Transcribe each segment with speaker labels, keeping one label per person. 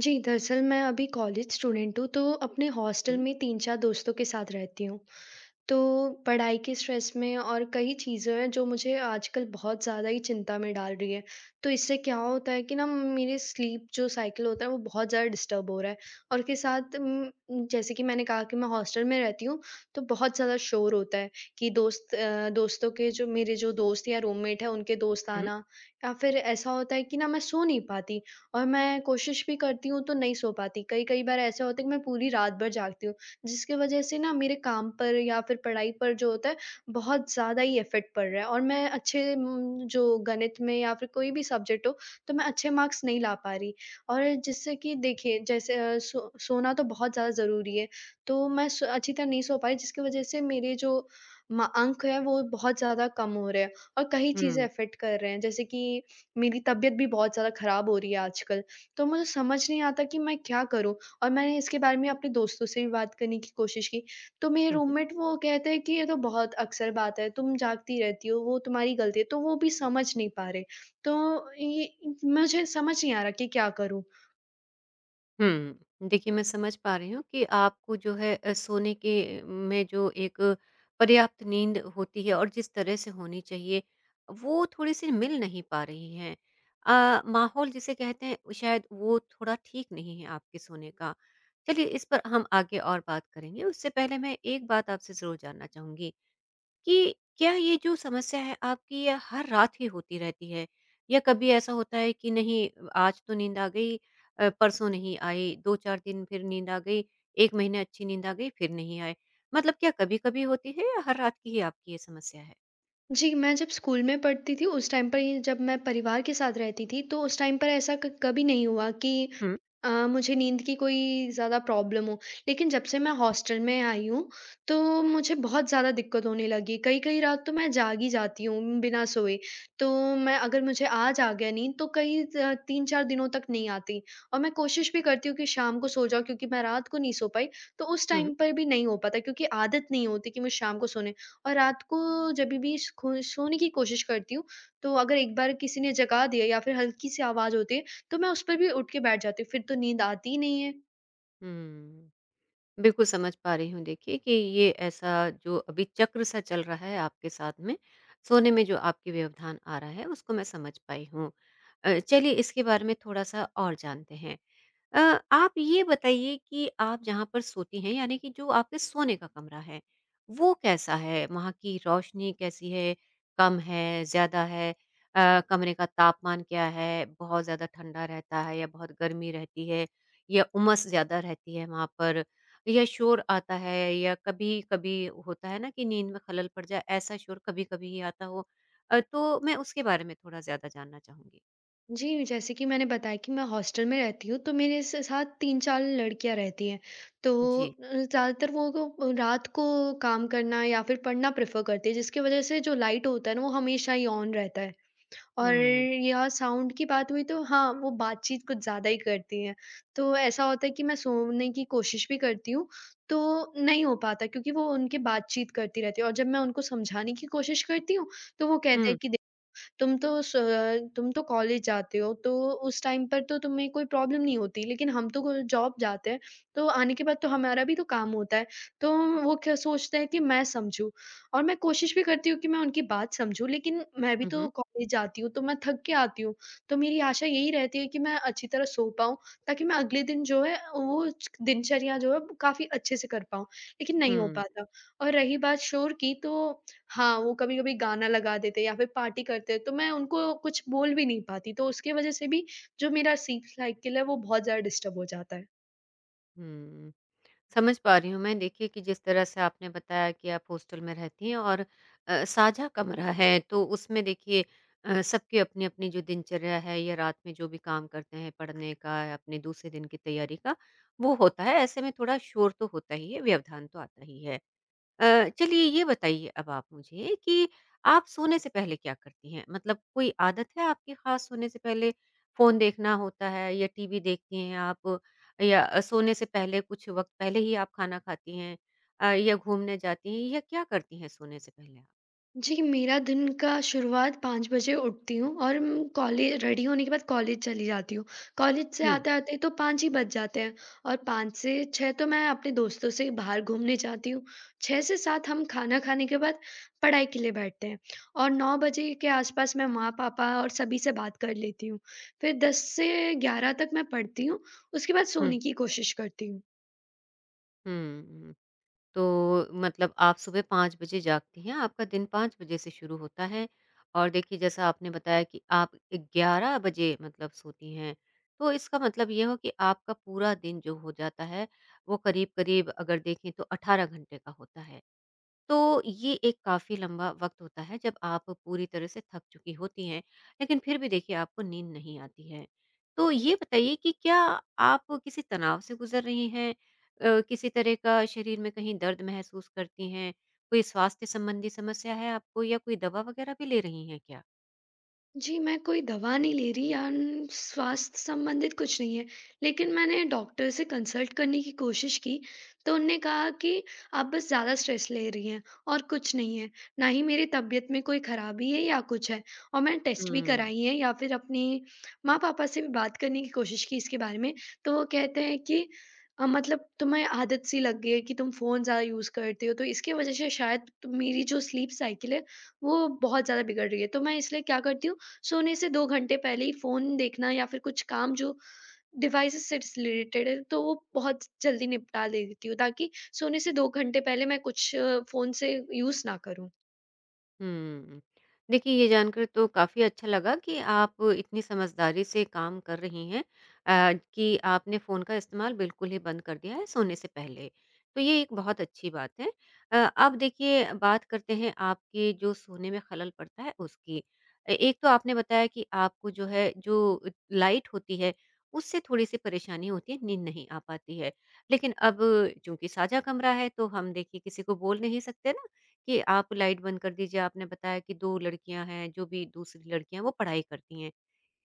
Speaker 1: जी, दरअसल मैं अभी कॉलेज स्टूडेंट हूँ, तो अपने हॉस्टल
Speaker 2: हुँ,
Speaker 1: में 3-4 दोस्तों के साथ रहती हूँ। तो पढ़ाई के स्ट्रेस में और कई चीज़ें हैं जो मुझे आजकल बहुत ज़्यादा ही चिंता में डाल रही है। तो इससे क्या होता है कि ना मेरे स्लीप जो साइकिल होता है, वो बहुत ज़्यादा डिस्टर्ब हो रहा है, और उसके साथ जैसे कि मैंने कहा कि मैं हॉस्टल में रहती हूँ, तो बहुत ज़्यादा शोर होता है कि दोस्तों के जो मेरे जो दोस्त या रूममेट हैं उनके दोस्त
Speaker 2: हुँ,
Speaker 1: आना, या फिर ऐसा होता है कि ना मैं सो नहीं पाती, और मैं कोशिश भी करती हूँ तो नहीं सो पाती। कई-कई बार ऐसा होता है कि मैं पूरी रात भर जागती हूँ। जिसकी वजह से ना मेरे काम पर या फिर पढ़ाई पर जो होता है, बहुत ज़्यादा ही इफ़ेक्ट पड़ रहा है, और मैं अच्छे जो गणित में या फिर कोई भी सब्जेक्ट हो, तो मैं अच्छे मार्क्स नहीं ला पा रही। और जिससे कि देखिए, जैसे सोना तो बहुत ज़्यादा ज़रूरी है, तो मैं स अच्छी तरह नहीं सो पाई, जिसकी वजह से मेरे जो म अंक है वो बहुत ज़्यादा कम हो रहे हैं, और कई चीज़ें
Speaker 2: हुँ,
Speaker 1: इफ़ेक्ट कर रहे हैं, जैसे कि मेरी तबीयत भी बहुत ज़्यादा ख़राब हो रही है आजकल। तो मुझे समझ नहीं आता कि मैं क्या करूँ? और मैंने इसके बारे में अपने दोस्तों से भी बात करने की कोशिश की, तो मेरे
Speaker 2: हुँ,
Speaker 1: रूममेट वो कहते हैं कि ये तो बहुत अक्सर बात है, तुम जागती रहती हो, वो तुम्हारी गलती है, तो वो भी समझ नहीं पा रहे। तो ये मुझे समझ नहीं आ रहा कि क्या करूँ?
Speaker 2: हुँ, हुँ। देखिए, मैं समझ पा रही हूँ कि आपको जो है सोने के में जो एक पर्याप्त नींद होती है और जिस तरह से होनी चाहिए, वो थोड़ी-सी मिल नहीं पा रही है। माहौल जिसे कहते हैं शायद वो थोड़ा ठीक नहीं है आपके सोने का। चलिए इस पर हम आगे और बात करेंगे, उससे पहले मैं एक बात आपसे ज़रूर जानना चाहूँगी कि क्या ये जो समस्या है आपकी ये हर रात ही होती रहती है? या कभी ऐसा होता है कि नहीं आज तो नींद आ गई, परसों नहीं आई, 2-4 दिन फिर नींद आ गई, 1 महीने अच्छी नींद आ गई फिर नहीं आए? मतलब क्या कभी-कभी होती है या हर रात की ही आपकी ये समस्या है?
Speaker 1: जी, मैं जब स्कूल में पढ़ती थी, उस टाइम पर, ये जब मैं परिवार के साथ रहती थी, तो उस टाइम पर ऐसा क कभी नहीं हुआ कि
Speaker 2: हुँ,
Speaker 1: मुझे नींद की कोई ज़्यादा प्रॉब्लम हो, लेकिन जब से मैं हॉस्टल में आई हूँ, तो मुझे बहुत ज़्यादा दिक्कत होने लगी। कई-कई रात तो मैं जाग ही जाती हूँ बिना सोए। तो मैं, अगर मुझे आज आ गया नींद, तो कई ज 3-4 दिनों तक नहीं आती, और मैं कोशिश भी करती हूँ कि शाम को सो जाऊँ, क्योंकि मैं रात को नहीं सो पाई, तो उस
Speaker 2: हुँ,
Speaker 1: टाइम पर भी नहीं हो पाता, क्योंकि आदत नहीं होती कि मुझे शाम को सोने, और रात को जभी भी स खो सोने की कोशिश करती हूँ, तो अगर एक बार किसी ने जगा दिया या फिर हल्की-सी आवाज़ होती है, तो मैं उस पर भी उठ के बैठ जाती हूँ, फिर तो नींद आती ही नहीं है।
Speaker 2: हुँ। बिल्कुल समझ पा रही हूँ देखिए कि ये ऐसा जो अभी चक्र सा चल रहा है आपके साथ में, सोने में जो आपकी व्यवधान आ रहा है उसको मैं समझ पाई हूँ। चलिए इसके बारे में थोड़ा-सा और जानते हैं। अ, आप ये बताइए कि आप जहाँ पर सोती हैं यानी कि जो आपके सोने का कमरा है, वो कैसा है? वहाँ की रोशनी कैसी है? कम है, ज़्यादा है? कमरे का तापमान क्या है? बहुत ज़्यादा ठंडा रहता है या बहुत गर्मी रहती है या उमस ज़्यादा रहती है वहाँ पर या शोर आता है या कभी-कभी होता है ना कि नींद में खलल पड़ जाए, ऐसा शोर कभी-कभी ही आता हो। तो मैं उसके बारे में थोड़ा ज़्यादा जानना चाहूँगी।
Speaker 1: जी, जैसे कि मैंने बताया कि मैं हॉस्टल में रहती हूँ, तो मेरे स साथ 3-4 लड़कियाँ रहती हैं। तो
Speaker 2: जी।
Speaker 1: ज़्यादातर वो को रात को काम करना या फिर पढ़ना प्रेफ़र करती है, जिसकी वजह से जो लाइट होता है ना, वो हमेशा ही ऑन रहता है। और
Speaker 2: हुँ।
Speaker 1: यहाँ साउंड की बात हुई तो हाँ, वो बातचीत कुछ ज़्यादा ही करती हैं। तो ऐसा होता है कि मैं सोने की कोशिश भी करती हूँ, तो नहीं हो पाता, क्योंकि वो उनकी बातचीत करती रहती है, और जब मैं उनको समझाने की कोशिश करती हूँ, तो वो कहते
Speaker 2: हुँ।
Speaker 1: हैं कि तुम तो कॉलेज जाते हो, तो उस टाइम पर तो तुम्हें कोई प्रॉब्लम नहीं होती, लेकिन हम तो को जॉब जाते हैं, तो आने के बाद तो हमारा भी तो काम होता है। तो वो क्या सोचते हैं कि मैं समझूँ, और मैं कोशिश भी करती हूँ कि मैं उनकी बात समझूँ, लेकिन मैं भी
Speaker 2: हुँ, हुँ।
Speaker 1: तो कॉलेज जाती हूँ, तो मैं थक के आती हूँ। तो मेरी आशा यही रहती है कि मैं अच्छी तरह सो पाऊँ, ताकि मैं अगले दिन जो है वो च दिनचर्या जो है काफ़ी अच्छे से कर पाऊँ, लेकिन नहीं हो
Speaker 2: हुँ।
Speaker 1: पाता। और रही बात शोर की, तो हाँ, वो कभी-कभी गाना लगा देते हैं या फिर पार्टी करते हैं, तो मैं उनको कुछ बोल भी नहीं पाती, तो उसकी वज़ह से भी जो मेरा सीख साइकिल है वो बहुत ज़्यादा डिस्टर्ब हो जाता है।
Speaker 2: हुँ, समझ पा रही हूँ मैं देखिए कि जिस तरह से आपने बताया कि आप हॉस्टल में रहती हैं और साझा कमरा है तो उसमें देखिए सबकी अपनी-अपनी जो दिनचर्या है या रात में जो भी काम करते हैं पढ़ने का या अपने दूसरे दिन की तैयारी का, वो होता है। ऐसे में थोड़ा शोर तो होता ही है, व्यवधान तो आता ही है। चलिए ये बताइए अब आप मुझे कि आप सोने से पहले क्या करती हैं? मतलब कोई आदत है आपकी ख़ास सोने से पहले? फ़ोन देखना होता है या टीवी देखती हैं आप? या सोने से पहले कुछ वक़्त पहले ही आप खाना खाती हैं? या घूमने जाती हैं या क्या करती हैं सोने से पहले आप?
Speaker 1: जी, मेरा दिन का शुरुआत 5 बजे उठती हूँ, और उम, कॉले रेडी होने के बाद कॉलेज चली जाती हूँ। कॉलेज से
Speaker 2: हुँ,
Speaker 1: आते-आते तो 5 ही बज जाते हैं, और 5 से 6 तो मैं अपने दोस्तों से बाहर घूमने जाती हूँ। 6 से 7 हम खाना खाने के बाद पढ़ाई के लिए बैठते हैं, और 9 बजे के आसपास मैं माँ-पापा और सभी से बात कर लेती हूँ। फिर 10 से 11 तक मैं पढ़ती हूँ, उसके बाद
Speaker 2: हुँ,
Speaker 1: सोने की कोशिश करती हूँ।
Speaker 2: हुँ, हुँ। तो मतलब आप सुबह 5 बजे जागती हैं, आपका दिन 5 बजे से शुरू होता है और देखिए जैसा आपने बताया कि आप 11 बजे मतलब सोती हैं। तो इसका मतलब ये हो कि आपका पूरा दिन जो हो जाता है, वो करीब-करीब अगर देखें तो 18 घंटे का होता है। तो ये एक काफ़ी लंबा वक्त होता है जब आप पूरी तरह से थक चुकी होती हैं, लेकिन फिर भी देखिए आपको नींद नहीं आती है। तो ये बताइए कि क्या आप किसी तनाव से गुज़र रही हैं? किसी तरह का शरीर में कहीं दर्द महसूस करती हैं? कोई स्वास्थ्य संबंधी समस्या है आपको या कोई दवा वग़ैरह भी ले रही हैं क्या?
Speaker 1: जी, मैं कोई दवा नहीं ले रही, या न स्वास्थ्य संबंधित कुछ नहीं है। लेकिन मैंने डॉक्टर से कंसल्ट करने की कोशिश की, तो उनने कहा कि आप बस ज़्यादा स्ट्रेस ले रही हैं, और कुछ नहीं है। ना ही मेरी तबीयत में कोई खराबी है या कुछ है, और मैंने टेस्ट भी
Speaker 2: हुँ।
Speaker 1: कराई हैं, या फिर अपने माँ-पापा से भी बात करने की कोशिश की इसके बारे में, तो वो कहते हैं कि मतलब तुम्हें आदत सी लग गई है कि तुम फ़ोन ज़्यादा यूज़ करती हो, तो इसकी वज़ह से शायद मेरी जो स्लीप साइकिल है, वो बहुत ज़्यादा बिगड़ रही है। तो मैं इसलिए क्या करती हूँ, सोने से 2 घंटे पहले ही फ़ोन देखना या फिर कुछ काम जो डिवाइसेज़ से रिलेटेड है, तो वो बहुत जल्दी निपटा लेती हूँ, ताकि सोने से 2 घंटे पहले मैं कुछ फ़ोन से यूज़ ना करूँ।
Speaker 2: हुँ। देखिए, ये जानकर तो काफ़ी अच्छा लगा कि आप इतनी समझदारी से काम कर रही हैं, कि आपने फ़ोन का इस्तेमाल बिल्कुल ही बंद कर दिया है सोने से पहले। तो ये एक बहुत अच्छी बात है। अब देखिए बात करते हैं आपके जो सोने में खलल पड़ता है उसकी। ए एक तो आपने बताया कि आपको जो है जो लाइट होती है उससे थोड़ी-सी परेशानी होती है, नींद नहीं आ पाती है। लेकिन अब चूँकि साझा कमरा है तो हम देखिए किसी को बोल नहीं सकते ना कि आप लाइट बंद कर दीजिए। आपने बताया कि 2 लड़कियाँ हैं, जो भी दूसरी लड़कियाँ हैं वो पढ़ाई करती हैं।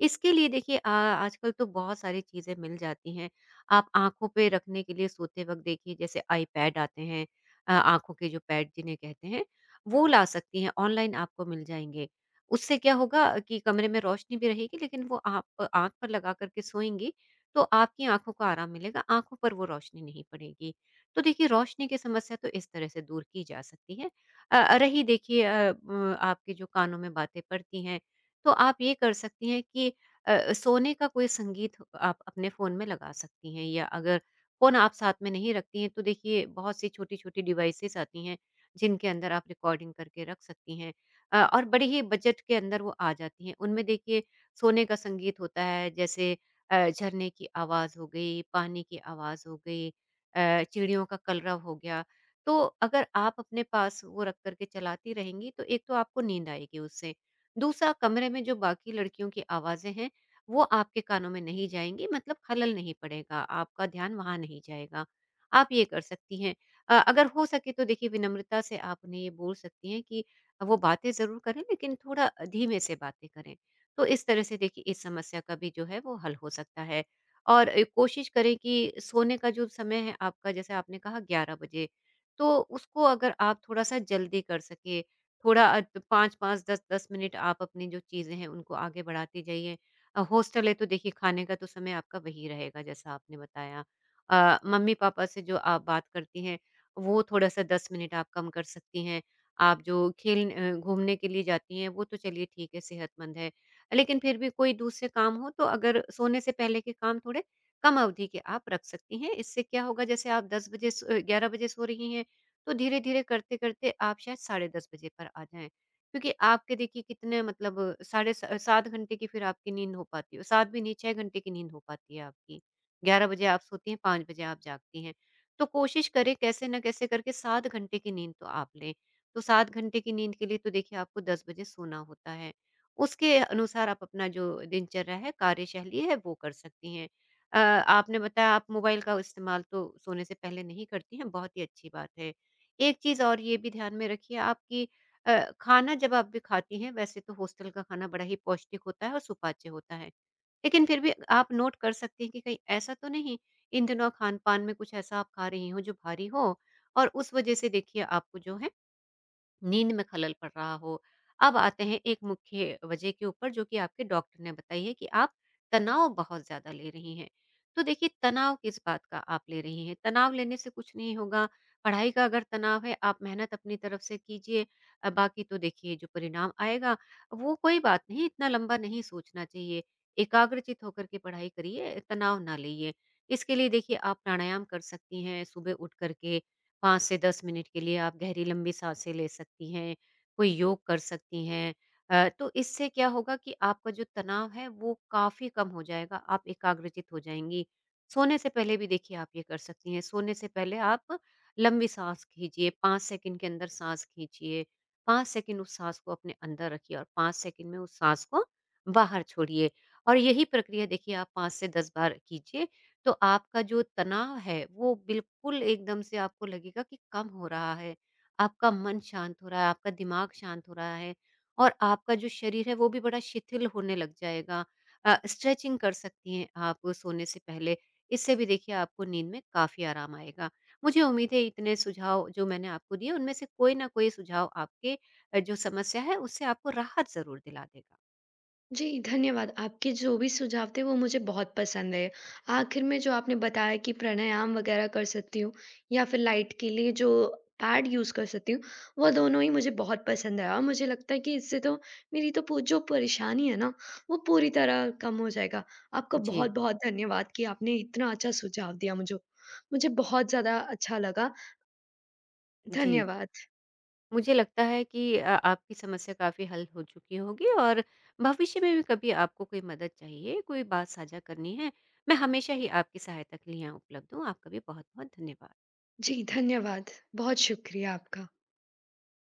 Speaker 2: इसके लिए देखिए आजकल तो बहुत सारी चीज़ें मिल जाती हैं। आप आँखों पे रखने के लिए सोते वक़्त देखिए जैसे आईपैड आते हैं, आँखों के जो पैड जिन्हें कहते हैं, वो ला सकती हैं, ऑनलाइन आपको मिल जाएँगे। उससे क्या होगा कि कमरे में रोशनी भी रहेगी लेकिन वो आप आँख पर लगा कर के सोएँगी, तो आपकी आँखों को आराम मिलेगा, आँखों पर वो रोशनी नहीं पड़ेगी। तो देखिए रोशनी की समस्या तो इस तरह से दूर की जा सकती है। रही देखिए अ, म आपके जो कानों में बातें पड़ती हैं, तो आप ये कर सकती हैं कि सोने का कोई संगीत आप अपने फ़ोन में लगा सकती हैं या अगर फ़ोन आप साथ में नहीं रखती हैं, तो देखिए बहुत सी छोटी-छोटी डिवाइसेज़ आती हैं, जिनके अंदर आप रिकॉर्डिंग करके रख सकती हैं, और बड़े ही बजट के अंदर वो आ जाती हैं। उनमें देखिए सोने का संगीत होता है जैसे झरने की आवाज़ हो गई, पानी की आवाज़ हो गई, चिड़ियों का कलरव हो गया। तो अगर आप अपने पास वो रख कर के चलाती रहेंगी, तो एक तो आपको नींद आएगी उससे। दूसरा कमरे में जो बाकी लड़कियों की आवाज़ें हैं वो आपके कानों में नहीं जाएँगी मतलब खलल नहीं पड़ेगा, आपका ध्यान वहाँ नहीं जाएगा। आप ये कर सकती हैं। अगर हो सके तो देखिए विनम्रता से आप उन्हें ये बोल सकती हैं कि वो बातें ज़रूर करें लेकिन थोड़ा धीमे से बातें करें। तो इस तरह से देखिए इस समस्या का भी जो है वो हल हो सकता है। और कोशिश करें कि सोने का जो समय है आपका जैसे आपने कहा 11 बजे, तो उसको अगर आप थोड़ा-सा जल्दी कर सकें, थोड़ा 5-5 10-10 मिनट आप अपनी जो चीज़ें हैं उनको आगे बढ़ाते जाइए। हॉस्टल है तो देखिए खाने का तो समय आपका वही रहेगा जैसा आपने बताया। मम्मी-पापा से जो आप बात करती हैं, वो थोड़ा-सा 10 मिनट आप कम कर सकती हैं। आप जो खेल घूमने के लिए जाती हैं, वो तो चलिए ठीक है, सेहतमंद है। लेकिन फिर भी कोई दूसरे काम हो तो अगर सोने से पहले के काम थोड़े कम अवधि के आप रख सकती हैं। इससे क्या होगा जैसे आप 10 बजे 11 बजे सो रही हैं, तो धीरे-धीरे करते-करते आप शायद साढ़े 10 बजे पर आ जाएँ। क्योंकि आपके देखिए कितने मतलब साढ़े सा 7 घंटे की फिर आपकी नींद हो पाती है, 7 भी नहीं 6 घंटे की नींद हो पाती है आपकी। 11 बजे आप सोती हैं, 5 बजे आप जागती हैं। तो कोशिश करें कैसे ना कैसे करके 7 घंटे की नींद तो आप लें। तो 7 घंटे की नींद के लिए तो देखिए आपको 10 बजे सोना होता है। उसके अनुसार आप अपना जो दिनचर्या है, कार्यशैली है वो कर सकती हैं। आपने बताया आप मोबाइल का इस्तेमाल तो सोने से पहले नहीं करती हैं, बहुत ही अच्छी बात है। एक चीज़ और ये भी ध्यान में रखिए आपकी। खाना जब आप भी खाती हैं वैसे तो हॉस्टल का खाना बड़ा ही पौष्टिक होता है और सुपाच्य होता है। लेकिन फिर भी आप नोट कर सकती हैं कि कहीं ऐसा तो नहीं इन दिनों खान-पान में कुछ ऐसा आप खा रही हो जो भारी हो और उस वज़ह से देखिए आपको जो नींद में खलल पड़ रहा हो। अब आते हैं एक मुख्य वजह के ऊपर जो कि आपके डॉक्टर ने बताई है कि आप तनाव बहुत ज़्यादा ले रही हैं। तो देखिए तनाव किस बात का आप ले रही हैं? तनाव लेने से कुछ नहीं होगा। पढ़ाई का अगर तनाव है आप मेहनत अपनी तरफ से कीजिए, बाकी तो देखिए जो परिणाम आएगा वो कोई बात नहीं इतना लंबा नहीं सोचना चाहिए। एकाग्रचित होकर के पढ़ाई करिए, तनाव ना लीजिए। इसके लिए देखिए आप प्राणायाम कर सकती हैं सुबह उठ कर के 5 से 10 मिनट के लिए आप गहरी लंबी साँसें ले सकती हैं, कोई योग कर सकती हैं। तो इससे क्या होगा कि आपका जो तनाव है वो काफ़ी कम हो जाएगा, आप एकाग्रचित हो जाएँगी। सोने से पहले भी देखिए आप ये कर सकती हैं, सोने से पहले आप लंबी साँस खींचिए, 5 सेकंड के अंदर साँस खींचिए, 5 सेकंड उस साँस को अपने अंदर रखिए और 5 सेकंड में उस साँस को बाहर छोड़िए और यही प्रक्रिया देखिए आप 5 से 10 बार कीजिए, तो आपका जो तनाव है, वो बिल्कुल एकदम से आपको लगेगा कि कम हो रहा है। आपका मन शांत हो रहा है, आपका दिमाग शांत हो रहा है और आपका जो शरीर है, वो भी बड़ा शिथिल होने लग जाएगा। स्ट्रेचिंग कर सकती हैं आप सोने से पहले। इससे भी देखिए आपको नींद में काफ़ी आराम आएगा। मुझे उम्मीद है इतने सुझाव जो मैंने आपको दिए, उनमें से कोई ना कोई सुझाव आपके जो समस्या है, उससे आपको राहत ज़रूर दिला देगा।
Speaker 1: जी, धन्यवाद। आपके जो भी सुझाव थे वो मुझे बहुत पसंद आए। आखिर में जो आपने बताया कि प्राणायाम वगैरह कर सकती हूँ, या फिर लाइट के लिए जो पैड यूज़ कर सकती हूँ, वो दोनों ही मुझे बहुत पसंद आया, और मुझे लगता है कि इससे तो मेरी तो पू जो परेशानी है ना, वो पूरी तरह कम हो जाएगा। आपका
Speaker 2: जी,
Speaker 1: बहुत-बहुत धन्यवाद कि आपने इतना अच्छा सुझाव दिया मुझे। मुझे बहुत ज़्यादा अच्छा लगा।
Speaker 2: जी।
Speaker 1: धन्यवाद।
Speaker 2: मुझे लगता है कि आपकी समस्या काफ़ी हल हो चुकी होगी और भविष्य में भी कभी आपको कोई मदद चाहिए, कोई बात साझा करनी है, मैं हमेशा ही आपकी सहायता के लिए यहाँ उपलब्ध हूँ। आपका भी बहुत-बहुत धन्यवाद।
Speaker 1: जी, धन्यवाद। बहुत शुक्रिया आपका।